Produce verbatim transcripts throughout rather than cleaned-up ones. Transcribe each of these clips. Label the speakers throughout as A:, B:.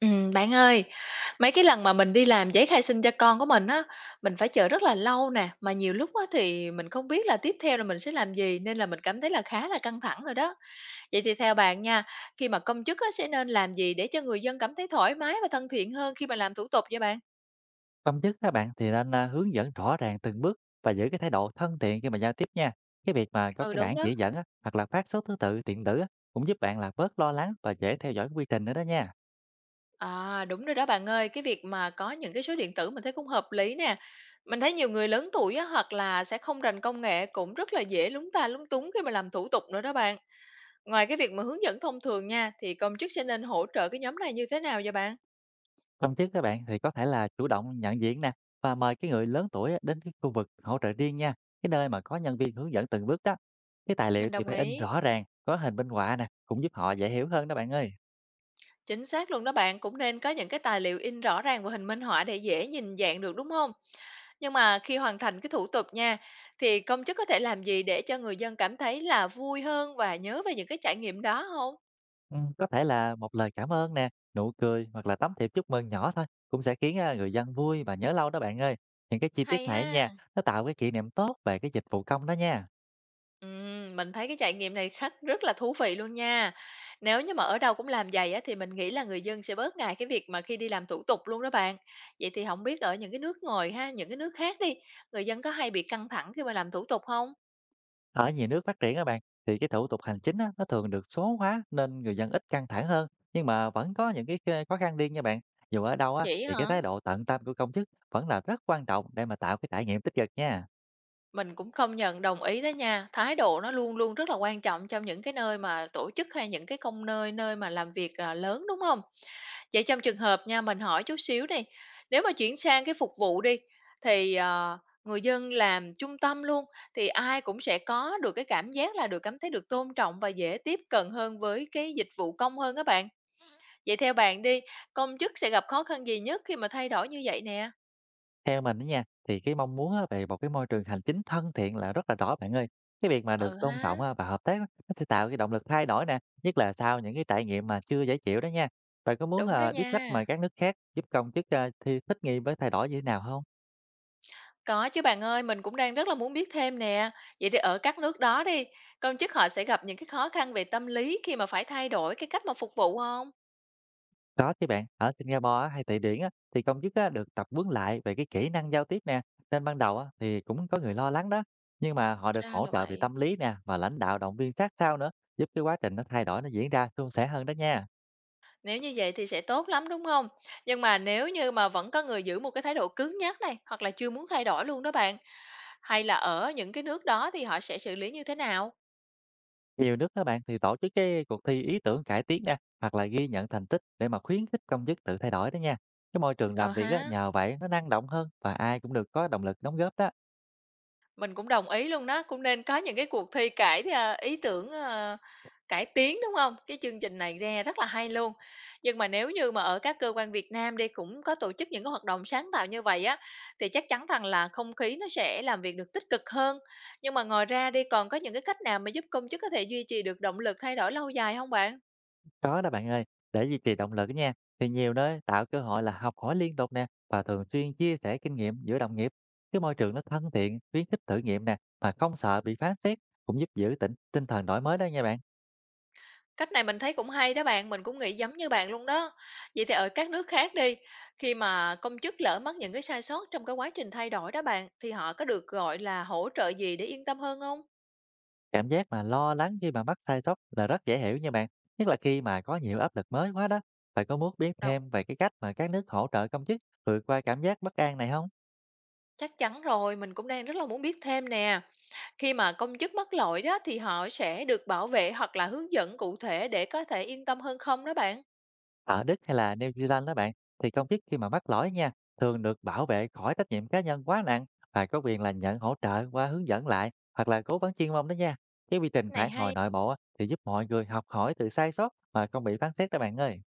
A: Ừm, bạn ơi, mấy cái lần mà mình đi làm giấy khai sinh cho con của mình á, mình phải chờ rất là lâu nè, mà nhiều lúc á thì mình không biết là tiếp theo là mình sẽ làm gì nên là mình cảm thấy là khá là căng thẳng rồi đó. Vậy thì theo bạn nha, khi mà công chức á sẽ nên làm gì để cho người dân cảm thấy thoải mái và thân thiện hơn khi mà làm thủ tục vậy bạn?
B: Tâm chức các bạn thì nên, a, hướng dẫn rõ ràng từng bước và giữ cái thái độ thân thiện khi mà giao tiếp nha. Cái việc mà có
A: Ừ
B: cái
A: đúng
B: bảng chỉ
A: đó.
B: dẫn á, hoặc là phát số thứ tự điện tử á, cũng giúp bạn là bớt lo lắng và dễ theo dõi quy trình nữa đó nha.
A: À đúng rồi đó bạn ơi, cái việc mà có những cái số điện tử mình thấy cũng hợp lý nè. Mình thấy nhiều người lớn tuổi á, hoặc là sẽ không rành công nghệ cũng rất là dễ lúng ta lúng túng khi mà làm thủ tục nữa đó bạn. Ngoài cái việc mà hướng dẫn thông thường nha, thì công chức sẽ nên hỗ trợ cái nhóm này như thế nào vậy bạn?
B: Tâm chức các bạn thì có thể là chủ động nhận diện nè và mời cái người lớn tuổi á, đến cái khu vực hỗ trợ riêng nha, cái nơi mà có nhân viên hướng dẫn từng bước đó. Cái tài liệu
A: Mình
B: thì
A: đồng
B: phải in
A: ý.
B: rõ ràng, có hình minh họa nè, cũng giúp họ dễ hiểu hơn đó bạn ơi.
A: Chính xác luôn đó bạn, cũng nên có những cái tài liệu in rõ ràng và hình minh họa để dễ nhìn dạng được đúng không? Nhưng mà khi hoàn thành cái thủ tục nha, thì công chức có thể làm gì để cho người dân cảm thấy là vui hơn và nhớ về những cái trải nghiệm đó không?
B: Ừm, có thể là một lời cảm ơn nè, nụ cười hoặc là tấm thiệp chúc mừng nhỏ thôi cũng sẽ khiến à, người dân vui và nhớ lâu đó bạn ơi. Những cái chi tiết
A: Hay
B: này nha,
A: ha.
B: nó tạo cái kỷ niệm tốt về cái dịch vụ công đó nha.
A: Ừm, mình thấy cái trải nghiệm này khắc rất là thú vị luôn nha. Nếu như mà ở đâu cũng làm vậy á, thì mình nghĩ là người dân sẽ bớt ngại cái việc mà khi đi làm thủ tục luôn đó bạn. Vậy thì không biết ở những cái nước ngoài ha, những cái nước khác đi, người dân có hay bị căng thẳng khi mà làm thủ tục không?
B: Ở nhiều nước phát triển các bạn thì cái thủ tục hành chính á, nó thường được số hóa nên người dân ít căng thẳng hơn, nhưng mà vẫn có những cái cái khó khăn riêng nha bạn. Dù ở đâu á
A: Vậy
B: thì cái
A: hả?
B: thái độ tận tâm của công chức vẫn là rất quan trọng để mà tạo cái trải nghiệm tích cực nha.
A: Mình cũng công nhận, đồng ý đó nha. Thái độ nó luôn luôn rất là quan trọng trong những cái nơi mà tổ chức hay những cái công nơi nơi mà làm việc, à, lớn, đúng không? Vậy trong trường hợp nha, mình hỏi chút xíu đi, nếu mà chuyển sang cái phục vụ đi, thì, ờ, người dân làm trung tâm luôn, thì ai cũng sẽ có được cái cảm giác là được cảm thấy được tôn trọng và dễ tiếp cận hơn với cái dịch vụ công hơn các bạn. Vậy theo bạn đi, công chức sẽ gặp khó khăn gì nhất khi mà thay đổi như vậy nè?
B: Theo mình đó nha, thì cái mong muốn á, về một cái môi trường hành chính thân thiện là rất là rõ bạn ơi. Cái việc mà
A: Ừ
B: được
A: ha,
B: tôn trọng á, và hợp tác á, nó sẽ tạo cái động lực thay đổi nè, nhất là sau những cái trải nghiệm mà chưa dễ chịu đó nha. Bạn có muốn
A: đúng đó
B: ờ, biết cách
A: nha.
B: mà các nước khác giúp công chức ờ, thì thích nghi với thay đổi như thế nào không?
A: Có chứ bạn ơi, mình cũng đang rất là muốn biết thêm nè. Vậy thì ở các nước đó đi, công chức họ sẽ gặp những cái khó khăn về tâm lý khi mà phải thay đổi cái cách mà phục vụ không?
B: Có chứ bạn, ở Singapore á, hay Thụy Điển á, thì công chức á, được tập huấn lại về cái kỹ năng giao tiếp nè. Nên ban đầu á, thì cũng có người lo lắng đó, nhưng mà họ được
A: Ra
B: hỗ
A: là
B: trợ về
A: vậy.
B: tâm lý nè và lãnh đạo động viên sát sao nữa, giúp cái quá trình nó thay đổi nó diễn ra suôn sẻ hơn đó nha.
A: Nếu như vậy thì sẽ tốt lắm đúng không? Nhưng mà nếu như mà vẫn có người giữ một cái thái độ cứng nhắc này hoặc là chưa muốn thay đổi luôn đó bạn, hay là ở những cái nước đó thì họ sẽ xử lý như thế nào?
B: Nhiều nước các bạn thì tổ chức cái cuộc thi ý tưởng cải tiến nè, hoặc là ghi nhận thành tích để mà khuyến khích công chức tự thay đổi đó nha. Cái môi trường
A: Ờ
B: làm việc á,
A: ha.
B: nhờ vậy nó năng động hơn và ai cũng được có động lực đóng góp đó.
A: Mình cũng đồng ý luôn đó, cũng nên có những cái cuộc thi cải, a, ý tưởng, ờ, cải tiến, đúng không? Cái chương trình này ra rất là hay luôn. Nhưng mà nếu như mà ở các cơ quan Việt Nam đi, cũng có tổ chức những cái hoạt động sáng tạo như vậy á, thì chắc chắn rằng là không khí nó sẽ làm việc được tích cực hơn. Nhưng mà ngoài ra đi, còn có những cái cách nào mà giúp công chức có thể duy trì được động lực thay đổi lâu dài không bạn?
B: Có đó bạn ơi, để duy trì động lực á nha, thì nhiều nơi tạo cơ hội là học hỏi liên tục nè và thường xuyên chia sẻ kinh nghiệm giữa đồng nghiệp. Cái môi trường nó thân thiện, khuyến khích thử nghiệm nè mà không sợ bị phán xét cũng giúp giữ tỉnh tinh thần đổi mới đó nha bạn.
A: Cách này mình thấy cũng hay đó bạn, mình cũng nghĩ giống như bạn luôn đó. Vậy thì ở các nước khác đi, khi mà công chức lỡ mắc những cái sai sót trong cái quá trình thay đổi đó bạn, thì họ có được gọi là hỗ trợ gì để yên tâm hơn không?
B: Cảm giác mà lo lắng khi mà mắc sai sót là rất dễ hiểu nha bạn, nhất là khi mà có nhiều áp lực mới quá đó. Bạn có muốn biết
A: Đâu,
B: thêm về cái cách mà các nước hỗ trợ công chức vượt qua cảm giác bất an này không?
A: chắc chắn rồi, mình cũng đang rất là muốn biết thêm nè. Khi mà công chức mắc lỗi đó thì họ sẽ được bảo vệ hoặc là hướng dẫn cụ thể để có thể yên tâm hơn không đó bạn?
B: Ở Đức hay là New Zealand đó bạn, thì công chức khi mà mắc lỗi nha, thường được bảo vệ khỏi trách nhiệm cá nhân quá nặng và có quyền là nhận hỗ trợ qua hướng dẫn lại hoặc là cố vấn chuyên môn đó nha. Cái quy trình
A: Này
B: phản hồi
A: hay.
B: nội bộ á, thì giúp mọi người học hỏi từ sai sót mà không bị phán xét đó bạn ơi.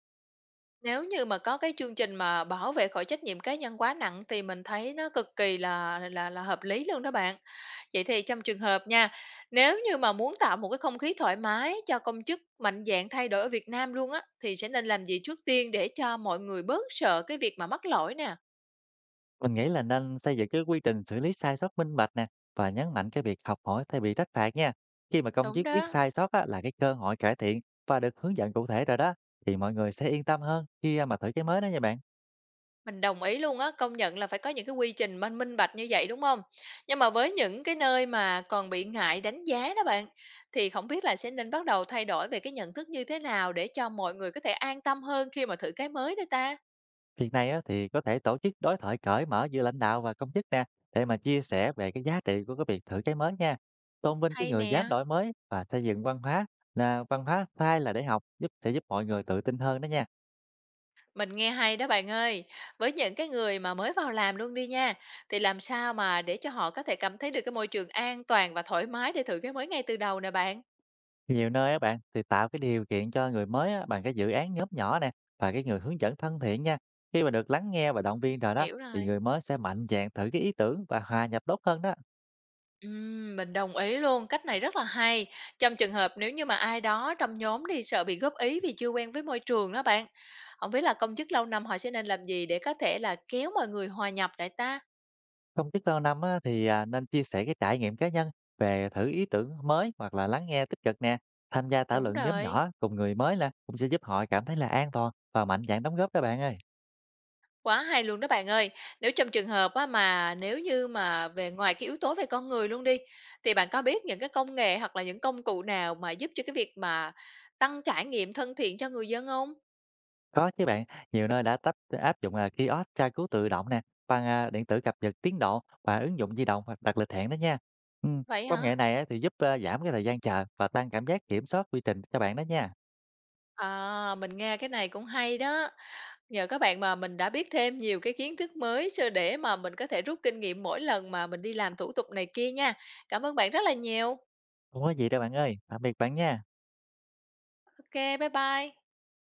A: Nếu như mà có cái chương trình mà bảo vệ khỏi trách nhiệm cá nhân quá nặng thì mình thấy nó cực kỳ là là là hợp lý luôn đó bạn. Vậy thì trong trường hợp nha, nếu như mà muốn tạo một cái không khí thoải mái cho công chức mạnh dạn thay đổi ở Việt Nam luôn á, thì sẽ nên làm gì trước tiên để cho mọi người bớt sợ cái việc mà mắc lỗi nè?
B: Mình nghĩ là nên xây dựng cái quy trình xử lý sai sót minh bạch nè và nhấn mạnh cái việc học hỏi thay vì trách phạt nha. Khi mà công
A: Đúng
B: chức biết
A: đó,
B: sai sót á, là cái cơ hội cải thiện và được hướng dẫn cụ thể rồi đó thì mọi người sẽ yên tâm hơn khi à, mà thử cái mới đó nha bạn.
A: mình đồng ý luôn á, công nhận là phải có những cái quy trình minh minh bạch như vậy đúng không? Nhưng mà với những cái nơi mà còn bị ngại đánh giá đó bạn, thì không biết là sẽ nên bắt đầu thay đổi về cái nhận thức như thế nào để cho mọi người có thể an tâm hơn khi mà thử cái mới đây ta?
B: Việc này á, thì có thể tổ chức đối thoại cởi mở giữa lãnh đạo và công chức nè để mà chia sẻ về cái giá trị của cái việc thử cái mới nha. Tôn vinh cái
A: Hay
B: người dám
A: nè.
B: đổi mới và xây dựng văn hóa là văn hóa sai là để học giúp sẽ giúp mọi người tự tin hơn đó nha.
A: Mình nghe hay đó bạn ơi. Với những cái người mà mới vào làm luôn đi nha, thì làm sao mà để cho họ có thể cảm thấy được cái môi trường an toàn và thoải mái để thử cái mới ngay từ đầu nè bạn?
B: Nhiều nơi á bạn thì tạo cái điều kiện cho người mới á, bằng cái dự án nhóm nhỏ nè và cái người hướng dẫn thân thiện nha. Khi mà được lắng nghe và động viên rồi đó
A: Hiểu
B: thì
A: rồi.
B: người mới sẽ mạnh dạn thử cái ý tưởng và hòa nhập tốt hơn đó.
A: Ừm, mình đồng ý luôn, cách này rất là hay. Trong trường hợp nếu như mà ai đó trong nhóm đi sợ bị góp ý vì chưa quen với môi trường đó bạn. Không biết là công chức lâu năm họ sẽ nên làm gì để có thể là kéo mọi người hòa nhập lại ta?
B: Trong biết lâu năm á, thì à, nên chia sẻ cái trải nghiệm cá nhân về thử ý tưởng mới hoặc là lắng nghe tích cực nè. Tham gia thảo
A: Đúng
B: luận nhóm
A: rồi.
B: nhỏ cùng người mới là cũng sẽ giúp họ cảm thấy là an toàn và mạnh dạn đóng góp các bạn ơi.
A: Quá hay luôn đó bạn ơi. Nếu trong trường hợp á mà nếu như mà về ngoài cái yếu tố về con người luôn đi, thì bạn có biết những cái công nghệ hoặc là những công cụ nào mà giúp cho cái việc mà tăng trải nghiệm thân thiện cho người dân không?
B: Có chứ bạn, nhiều nơi đã tách áp dụng à, kiosk tra cứu tự động nè, bằng à, điện tử cập nhật tiến độ và ứng dụng di động hoặc đặt lịch hẹn đó nha. Ừ,
A: Vậy
B: công
A: hả?
B: nghệ này á, thì giúp à, giảm cái thời gian chờ và tăng cảm giác kiểm soát quy trình cho bạn đó nha.
A: À, mình nghe cái này cũng hay đó. Nhờ các bạn mà mình đã biết thêm nhiều cái kiến thức mới sơ để mà mình có thể rút kinh nghiệm mỗi lần mà mình đi làm thủ tục này kia nha. Cảm ơn bạn rất là nhiều.
B: Không có gì đâu bạn ơi, tạm biệt bạn nha.
A: Ok, bye bye.